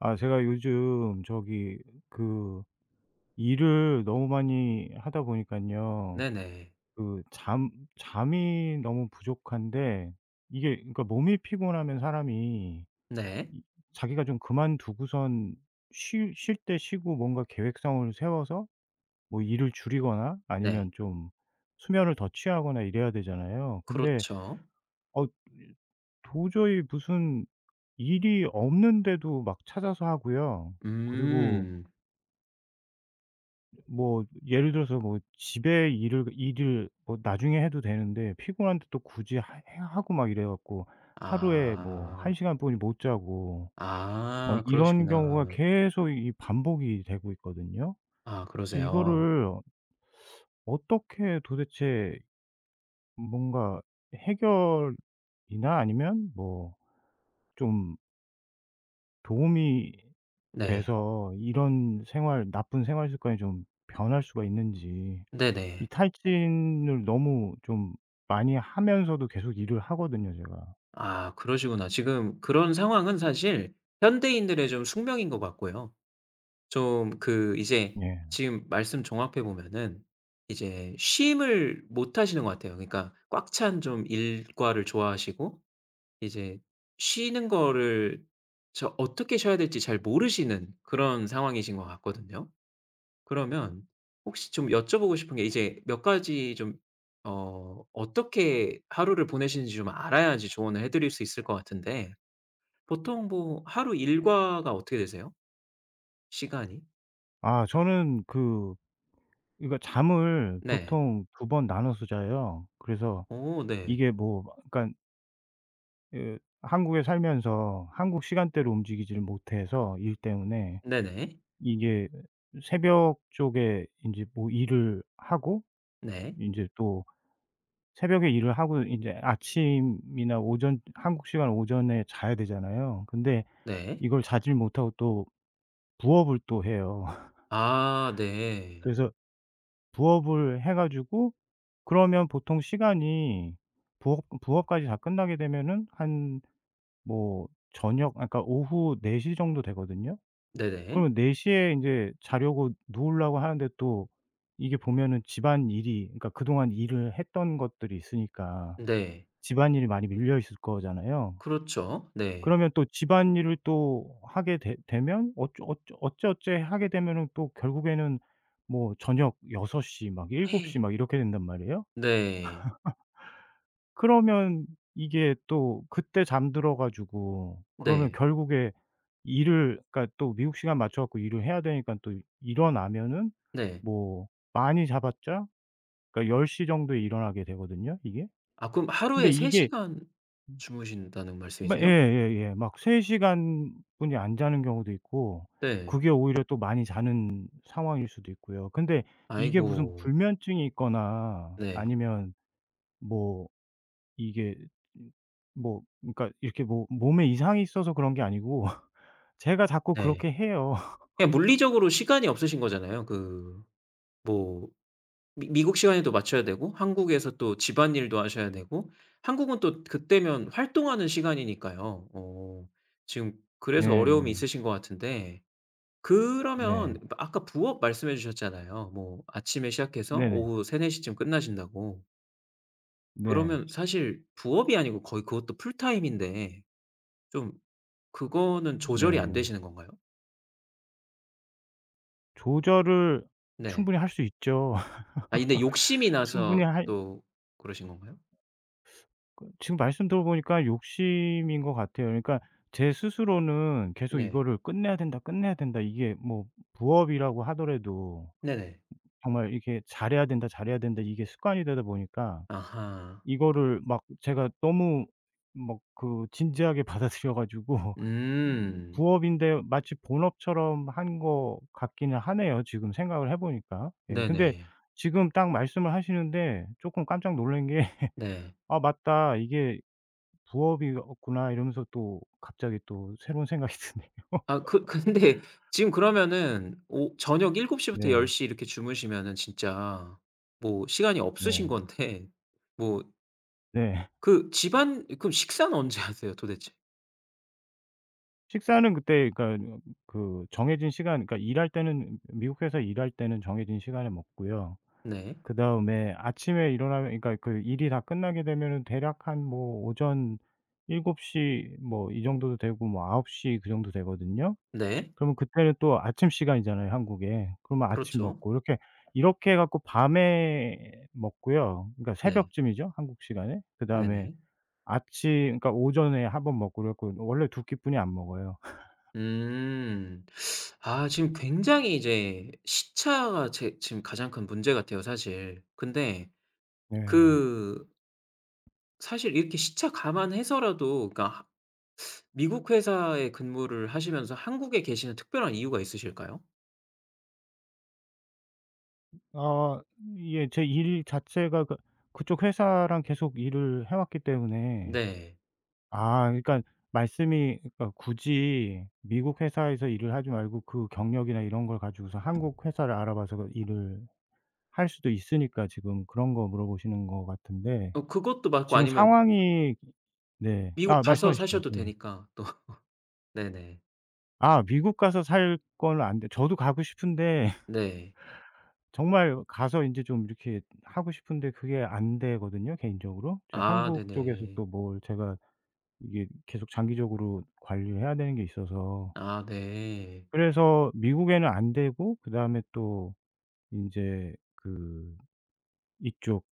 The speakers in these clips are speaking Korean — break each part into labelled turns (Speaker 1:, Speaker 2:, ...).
Speaker 1: 아, 제가 요즘 저기 그 일을 너무 많이 하다 보니깐요.
Speaker 2: 네네.
Speaker 1: 그 잠 잠이 너무 부족한데 이게, 그러니까 몸이 피곤하면 사람이
Speaker 2: 네.
Speaker 1: 이 자기가 좀 그만두고선 쉴 때 쉬고, 뭔가 계획성을 세워서 뭐 일을 줄이거나
Speaker 2: 네.
Speaker 1: 아니면 좀 수면을 더 취하거나 이래야 되잖아요. 근데
Speaker 2: 그렇죠.
Speaker 1: 어 도저히 무슨 일이 없는데도 막 찾아서 하고요. 그리고
Speaker 2: 음.
Speaker 1: 뭐 예를 들어서 뭐 집에 일을 뭐 나중에 해도 되는데 피곤한데 또 굳이 하 해 하고 막 이래 갖고 하루에 뭐 한
Speaker 2: 아.
Speaker 1: 시간 뿐이 못 자고 막
Speaker 2: 아
Speaker 1: 이런 경우가
Speaker 2: 그러시구나.
Speaker 1: 계속 이 반복이 되고 있거든요.
Speaker 2: 아
Speaker 1: 그래서
Speaker 2: 그러세요.
Speaker 1: 이거를 어떻게 도대체 뭔가 해결이나 아니면 뭐 좀 도움이
Speaker 2: 네.
Speaker 1: 돼서 이런 생활, 나쁜 생활 습관이 좀 변할 수가 있는지, 이
Speaker 2: 네네.
Speaker 1: 탈진을 너무 좀 많이 하면서도 계속 일을 하거든요 제가.
Speaker 2: 아 그러시구나. 지금 그런 상황은 사실 현대인들의 좀 숙명인 것 같고요. 좀 그 이제
Speaker 1: 예.
Speaker 2: 지금 말씀 종합해 보면은 이제 쉼을 못 하시는 것 같아요. 그러니까 꽉 찬 좀 일과를 좋아하시고 이제 쉬는 거를 저 어떻게 쉬어야 될지 잘 모르시는 그런 상황이신 것 같거든요. 그러면 혹시 좀 여쭤보고 싶은 게 이제 몇 가지 좀 어떻게 하루를 보내시는지 좀 알아야지 조언을 해 드릴 수 있을 것 같은데 보통 뭐 하루 일과가 어떻게 되세요? 시간이?
Speaker 1: 아, 저는 그 그러니까 잠을
Speaker 2: 네.
Speaker 1: 보통 두 번 나눠서 자요. 그래서
Speaker 2: 오, 네.
Speaker 1: 이게 뭐 그러니까, 한국에 살면서 한국 시간대로 움직이지를 못해서 일 때문에
Speaker 2: 네네.
Speaker 1: 이게 새벽 쪽에 이제 뭐 일을 하고,
Speaker 2: 네.
Speaker 1: 이제 또 새벽에 일을 하고 이제 아침이나 오전, 한국 시간 오전에 자야 되잖아요. 근데
Speaker 2: 네.
Speaker 1: 이걸 자질 못하고 또 부업을 또 해요.
Speaker 2: 아 네.
Speaker 1: 그래서 부업을 해 가지고 그러면 보통 시간이, 부업까지 다 끝나게 되면은 한 뭐 저녁 그러니까 오후 4시 정도 되거든요.
Speaker 2: 네네.
Speaker 1: 그러면 4 시에 이제 자려고 누우려고 하는데, 또 이게 보면은 집안일이, 그러니까 그동안 일을 했던 것들이 있으니까
Speaker 2: 네.
Speaker 1: 집안일이 많이 밀려 있을 거잖아요.
Speaker 2: 그렇죠. 네.
Speaker 1: 그러면 또 집안일을 또 하게 되 되면 어쩌 어쩌 어째어째 하게 되면은 또 결국에는 뭐 저녁 6 시 막 7 시 막 이렇게 된단 말이에요.
Speaker 2: 네.
Speaker 1: 그러면 이게 또 그때 잠들어 가지고 그러면
Speaker 2: 네.
Speaker 1: 결국에 일을, 그러니까 또 미국 시간 맞춰 갖고 일을 해야 되니까 또 일어나면은
Speaker 2: 네.
Speaker 1: 뭐 많이 잡았자 그러니까 10시 정도에 일어나게 되거든요 이게.
Speaker 2: 아 그럼
Speaker 1: 근데
Speaker 2: 하루에 3시간
Speaker 1: 이게
Speaker 2: 시간 주무신다는
Speaker 1: 마
Speaker 2: 말씀이세요?
Speaker 1: 예예예. 막 3 시간 분이 안 자는 경우도 있고,
Speaker 2: 네.
Speaker 1: 그게 오히려 또 많이 자는 상황일 수도 있고요. 근데 이게 무슨
Speaker 2: 아이고.
Speaker 1: 불면증이 있거나
Speaker 2: 네.
Speaker 1: 아니면 뭐 이게 음 뭐 그러니까 이렇게 뭐 몸에 이상이 있어서 그런 게 아니고 제가 자꾸
Speaker 2: 네.
Speaker 1: 그렇게 해요.
Speaker 2: 그냥 물리적으로 시간이 없으신 거잖아요. 그 뭐 미 미국 시간에도 맞춰야 되고 한국에서 또 집안일도 하셔야 되고 한국은 또 그때면 활동하는 시간이니까요. 어 지금 그래서 어려움이
Speaker 1: 예예.
Speaker 2: 있으신 것 같은데
Speaker 1: 네.
Speaker 2: 그러면 아까 부업 말씀해 주셨잖아요. 뭐 아침에 시작해서
Speaker 1: 네네.
Speaker 2: 오후 3-4시 시쯤 끝나신다고.
Speaker 1: 네.
Speaker 2: 그러면 사실 부업이 아니고 거의 그것도 풀타임인데 좀 그거는 조절이 안
Speaker 1: 네.
Speaker 2: 되시는 건가요?
Speaker 1: 조절을
Speaker 2: 네.
Speaker 1: 충분히 할 수 있죠.
Speaker 2: 아 근데 욕심이
Speaker 1: 충분히
Speaker 2: 나서
Speaker 1: 할
Speaker 2: 또 그러신 건가요?
Speaker 1: 그 지금 말씀 들어보니까 욕심인 것 같아요. 그러니까 제 스스로는 계속
Speaker 2: 네.
Speaker 1: '이거를 끝내야 된다, 끝내야 된다.' 이게 뭐 부업이라고 하더라도
Speaker 2: 네네.
Speaker 1: 정말 이게 '잘해야 된다, 잘해야 된다.' 이게 습관이 되다 보니까
Speaker 2: 아하.
Speaker 1: 이거를 막 제가 너무 막 그 진지하게 받아들여 가지고 이
Speaker 2: 음.
Speaker 1: 부업인데 마치 본업처럼 한 거 같기는 하네요, 지금 생각을 해 보니까. 예, 근데
Speaker 2: 네네.
Speaker 1: 지금 딱 말씀을 하시는데 조금 깜짝 놀란 게
Speaker 2: 네.
Speaker 1: '아 맞다. 이게 부업이 없구나.' 이러면서 또 갑자기 또 새로운 생각이 드네요.
Speaker 2: 아 그 근데 지금 그러면은 오 저녁 7시 시부터 10
Speaker 1: 네.
Speaker 2: 시 이렇게 주무시면은 진짜 뭐 시간이 없으신
Speaker 1: 네.
Speaker 2: 건데 뭐
Speaker 1: 네.
Speaker 2: 그 집안 그럼 식사는 언제 하세요 도대체?
Speaker 1: 식사는 그때, 그러니까 그 정해진 시간, 그러니까 일할 때는 미국 회사 일할 때는 정해진 시간에 먹고요.
Speaker 2: 네.
Speaker 1: 그다음에 아침에 일어나면, 그러니까 그 일이 다 끝나게 되면은 대략 한 뭐 오전 7시 뭐 이 정도 되고 뭐9시 그 정도 되거든요.
Speaker 2: 네.
Speaker 1: 그러면 그때는 또 아침 시간이잖아요, 한국에. 그러면 아침
Speaker 2: 그렇죠.
Speaker 1: 먹고 이렇게, 이렇게 해 갖고 밤에 먹고요. 그러니까
Speaker 2: 네.
Speaker 1: 새벽쯤이죠, 한국 시간에. 그다음에
Speaker 2: 네네.
Speaker 1: 아침, 그러니까 오전에 한번 먹고 그래 갖고 원래 두 끼뿐이 안 먹어요.
Speaker 2: 음. 아 지금 굉장히 이제 시차가 제 지금 가장 큰 문제 같아요 사실. 근데
Speaker 1: 네.
Speaker 2: 그 사실 이렇게 시차 감안해서라도 그러니까 하 미국 회사에 근무를 하시면서 한국에 계시는 특별한 이유가 있으실까요?
Speaker 1: 아 이게 제 일 자체가 그 그쪽 회사랑 계속 일을 해 왔기 때문에,
Speaker 2: 네.
Speaker 1: 아 그러니까 말씀이 그러니까 굳이 미국 회사에서 일을 하지 말고 그 경력이나 이런 걸 가지고서 한국 회사를 알아봐서 그 일을 할 수도 있으니까 지금 그런 거 물어보시는 것 같은데,
Speaker 2: 어 그것도 맞고
Speaker 1: 지금
Speaker 2: 아니면
Speaker 1: 상황이, 네.
Speaker 2: 미국
Speaker 1: 아
Speaker 2: 가서
Speaker 1: 말씀하시죠.
Speaker 2: 사셔도
Speaker 1: 예.
Speaker 2: 되니까 또. 네네.
Speaker 1: 아 미국 가서 살 건 안 돼, 저도 가고 싶은데
Speaker 2: 네.
Speaker 1: 정말 가서 인제 좀 이렇게 하고 싶은데 그게 안 되거든요, 개인적으로. 저
Speaker 2: 아
Speaker 1: 한국 쪽에서
Speaker 2: 네네.
Speaker 1: 또 뭘 제가 이게 계속 장기적으로 관리해야 되는 게 있어서.
Speaker 2: 아 네.
Speaker 1: 그래서 미국에는 안 되고, 그다음에 또 인제 그 이쪽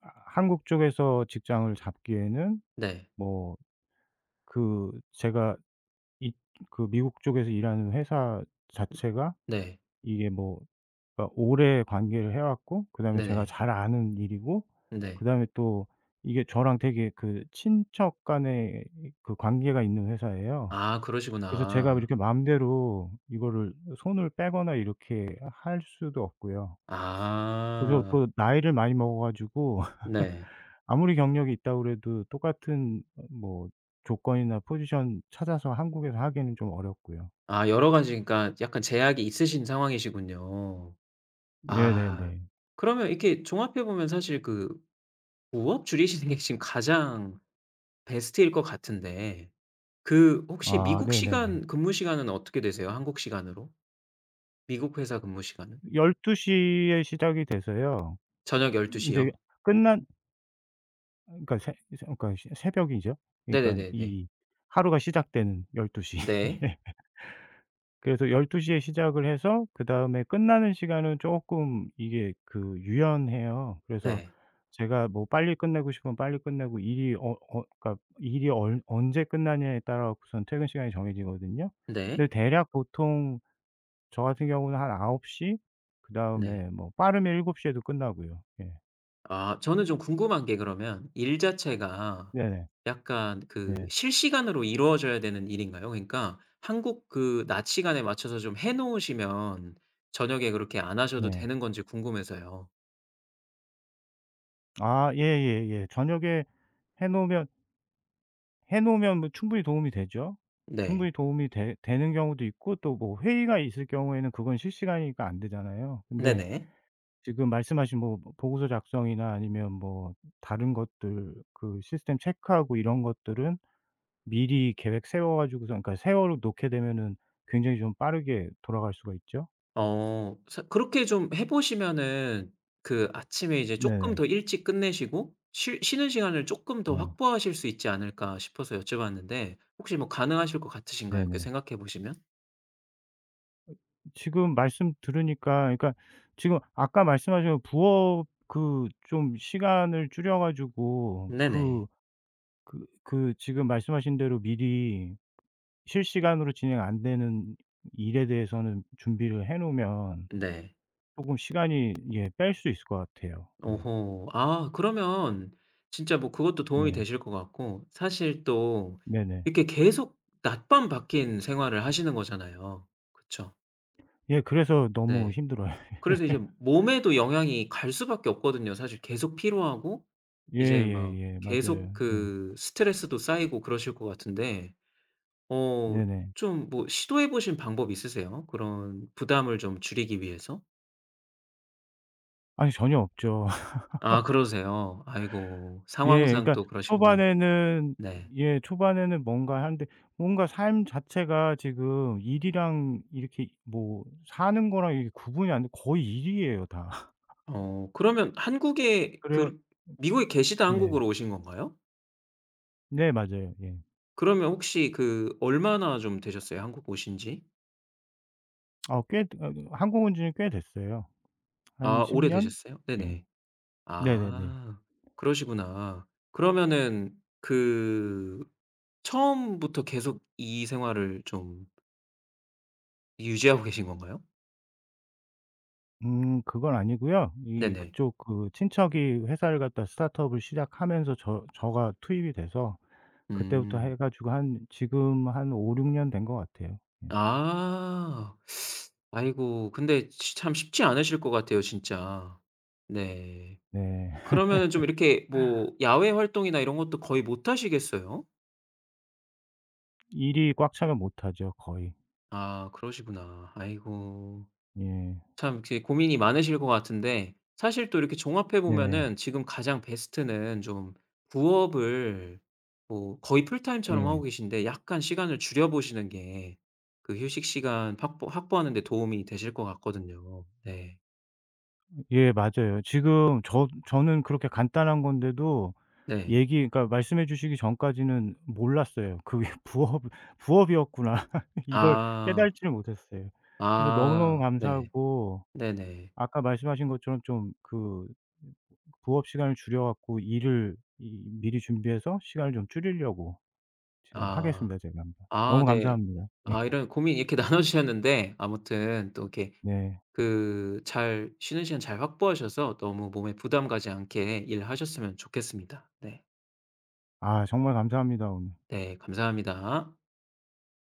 Speaker 1: 아 한국 쪽에서 직장을 잡기에는
Speaker 2: 네.
Speaker 1: 뭐 그 제가 이 그 미국 쪽에서 일하는 회사
Speaker 2: 음
Speaker 1: 자체가
Speaker 2: 네.
Speaker 1: 이게 뭐 그러니까 오래 관계를 해 왔고, 그다음에 제가
Speaker 2: 네네.
Speaker 1: 잘 아는 일이고,
Speaker 2: 네.
Speaker 1: 그다음에 또 이게 저랑 되게 그 친척 간의 그 관계가 있는 회사예요.
Speaker 2: 아
Speaker 1: 그래서 제가
Speaker 2: 그러시구나.
Speaker 1: 이렇게 마음대로 이거를 손을 빼거나 이렇게 할 수도 없고요. 그래서
Speaker 2: 아
Speaker 1: 또 나이를 많이 먹어 가지고
Speaker 2: 네.
Speaker 1: 아무리 경력이 있다고 그래도 똑같은 뭐 조건이나 포지션 찾아서 한국에서 하기는 좀 어렵고요.
Speaker 2: 아 여러 가지 그러니까 약간 제약이 있으신 상황이시군요. 아
Speaker 1: 네네네.
Speaker 2: 그러면 이렇게 종합해 보면 사실 그 부업 줄이시는 게 지금 가장 베스트일 것 같은데 그 혹시
Speaker 1: 아
Speaker 2: 미국
Speaker 1: 네네네.
Speaker 2: 시간 근무 시간은 어떻게 되세요? 한국 시간으로? 미국 회사 근무 시간은?
Speaker 1: 12시에 시작이 돼서요.
Speaker 2: 저녁 12시
Speaker 1: 인제
Speaker 2: 시요?
Speaker 1: 끝난, 그러니까 새 새 그러니까 새 새벽이죠. 그러니까
Speaker 2: 네네네네.
Speaker 1: 이 하루가 시작되는 12시.
Speaker 2: 네.
Speaker 1: 예. 그래서 12시에 시작을 해서 그다음에 끝나는 시간은 쪼끔 이게 그 유연해요. 그래서
Speaker 2: 네.
Speaker 1: 제가 뭐 빨리 끝내고 싶으면 빨리 끝내고 일이 그러니까 일이 얼 언제 끝나냐에 따라 갖고선 퇴근 시간이 정해지거든요. 근데
Speaker 2: 네.
Speaker 1: 대략 보통 저 같은 경우는 한9홉시,
Speaker 2: 네.
Speaker 1: 그다음에 뭐 빠르면 7시 에도 끝나고요. 예.
Speaker 2: 아 저는 좀 궁금한 게 그러면 일 자체가
Speaker 1: 네네.
Speaker 2: 약간 그
Speaker 1: 예.
Speaker 2: 실시간으로 이루어져야 되는 일인가요? 그러니까 한국 그 낮 시간에 맞춰서 좀 해 놓으시면 저녁에 그렇게 안 하셔도
Speaker 1: 네.
Speaker 2: 되는 건지 궁금해서요.
Speaker 1: 아 예예예. 저녁에 해 놓으면 해 놓으면 뭐 충분히 도움이 되죠.
Speaker 2: 네.
Speaker 1: 충분히 도움이 되 되는 경우도 있고 또 뭐 회의가 있을 경우에는 그건 실시간이니까 안 되잖아요. 근데
Speaker 2: 네네.
Speaker 1: 지금 말씀하신 뭐 보고서 작성이나 아니면 뭐 다른 것들 그 시스템 체크하고 이런 것들은 미리 계획 세워 가지고서 그러니까 세워 놓게 되면은 굉장히 좀 빠르게 돌아갈 수가 있죠.
Speaker 2: 어 사 그렇게 좀 해 보시면은 그 아침에 이제 조금
Speaker 1: 네네.
Speaker 2: 더 일찍 끝내시고 쉬 쉬는 시간을 조금 더
Speaker 1: 네.
Speaker 2: 확보하실 수 있지 않을까 싶어서 여쭤봤는데 혹시 뭐 가능하실 것 같으신가요? 이렇게
Speaker 1: 네네.
Speaker 2: 생각해 보시면?
Speaker 1: 지금 말씀 들으니까, 그러니까 지금 아까 말씀하신 그 부업 그 좀 시간을 줄여 가지고 그
Speaker 2: 네네.
Speaker 1: 그 그 지금 말씀하신 대로 미리 실시간으로 진행 안 되는 일에 대해서는 준비를 해 놓으면
Speaker 2: 네.
Speaker 1: 쪼금 시간이 예 뺄 수 있을 것 같아요. 예.
Speaker 2: 오호. 아 그러면 진짜 뭐 그것도 도움이
Speaker 1: 네.
Speaker 2: 되실 것 같고 사실 또
Speaker 1: 네네.
Speaker 2: 이렇게 계속 낮밤 바뀐 생활을 하시는 거잖아요. 그쵸?
Speaker 1: 예, 그래서 너무
Speaker 2: 네.
Speaker 1: 힘들어요.
Speaker 2: 그래서 이제 몸에도 영향이 갈 수밖에 없거든요. 사실 계속 피로하고 이제 막
Speaker 1: 예예예.
Speaker 2: 계속
Speaker 1: 맞아요. 예.
Speaker 2: 그 스트레스도 쌓이고 그러실 것 같은데 어
Speaker 1: 네네.
Speaker 2: 좀 뭐 시도해 보신 방법 있으세요? 그런 부담을 좀 줄이기 위해서?
Speaker 1: 아니, 전혀 없죠.
Speaker 2: 아 그러세요? 아이고
Speaker 1: 예.
Speaker 2: 상황상
Speaker 1: 그러니까
Speaker 2: 또 그러시구나.
Speaker 1: 초반에는
Speaker 2: 네.
Speaker 1: 예 초반에는 뭔가 하는데, 뭔가 삶 자체가 지금 일이랑 이렇게 뭐 사는 거랑 이게 구분이 안 돼 거의 일이에요 다.
Speaker 2: 어 그러면 한국에
Speaker 1: 그래요.
Speaker 2: 그 미국에 계시다
Speaker 1: 네.
Speaker 2: 한국으로 오신 건가요?
Speaker 1: 네 맞아요. 예.
Speaker 2: 그러면 혹시 그 얼마나 좀 되셨어요? 한국 오신 지?
Speaker 1: 아 꽤 어 한국 온 지는 꽤 됐어요. 한
Speaker 2: 아
Speaker 1: 10 년?
Speaker 2: 오래되셨어요?
Speaker 1: 예.
Speaker 2: 네네.
Speaker 1: 네네네.
Speaker 2: 아 그러시구나. 그러면은 그 처음부터 계속 이 생활을 좀 유지하고 계신 건가요?
Speaker 1: 그건 아니고요. 이
Speaker 2: 네네.
Speaker 1: 그쪽 그 친척이 회사를 갖다 스타트업을 시작하면서 저가 투입이 돼서 그때부터 해
Speaker 2: 음.
Speaker 1: 가지고 한 지금 한 5-6년 된 것 같아요. 예.
Speaker 2: 아. 아이고 근데 치 참 쉽지 않으실 것 같아요 진짜. 네.
Speaker 1: 네.
Speaker 2: 그러면은 좀 이렇게 뭐 야외 활동이나 이런 것도 거의 못 하시겠어요?
Speaker 1: 일이 꽉 차면 못하죠 거의.
Speaker 2: 아 그러시구나. 아이고.
Speaker 1: 예.
Speaker 2: 참 이렇게 고민이 많으실 것 같은데 사실 또 이렇게 종합해
Speaker 1: 네네.
Speaker 2: 보면은 지금 가장 베스트는 좀 부업을 뭐 거의 풀타임처럼 하고
Speaker 1: 예.
Speaker 2: 계신데 약간 시간을 줄여 보시는 게 그 휴식 시간 확보하는 데 도움이 되실 것 같거든요. 네.
Speaker 1: 예 맞아요. 지금 저는 그렇게 간단한 건데도
Speaker 2: 네.
Speaker 1: 얘기, 그러니까 말씀해 주시기 전까지는 몰랐어요. 그게 부업이었구나. 이걸
Speaker 2: 아.
Speaker 1: 깨달지를 못했어요. 그래서 너무너무
Speaker 2: 아. 네.
Speaker 1: 감사하고
Speaker 2: 네네.
Speaker 1: 아까 말씀하신 것처럼 좀 그 부업 시간을 줄여 갖고 일을 이 미리 준비해서 시간을 좀 줄이려고 지금
Speaker 2: 아.
Speaker 1: 하겠습니다 제가 한번. 너무
Speaker 2: 아 네.
Speaker 1: 감사합니다. 예.
Speaker 2: 아 이런 고민 이렇게 나눠 주셨는데 아무튼 또 이렇게
Speaker 1: 네.
Speaker 2: 그 잘 쉬는 시간 잘 확보하셔서 너무 몸에 부담 가지 않게 일하셨으면 좋겠습니다. 네.
Speaker 1: 아 정말 감사합니다 오늘.
Speaker 2: 네 감사합니다.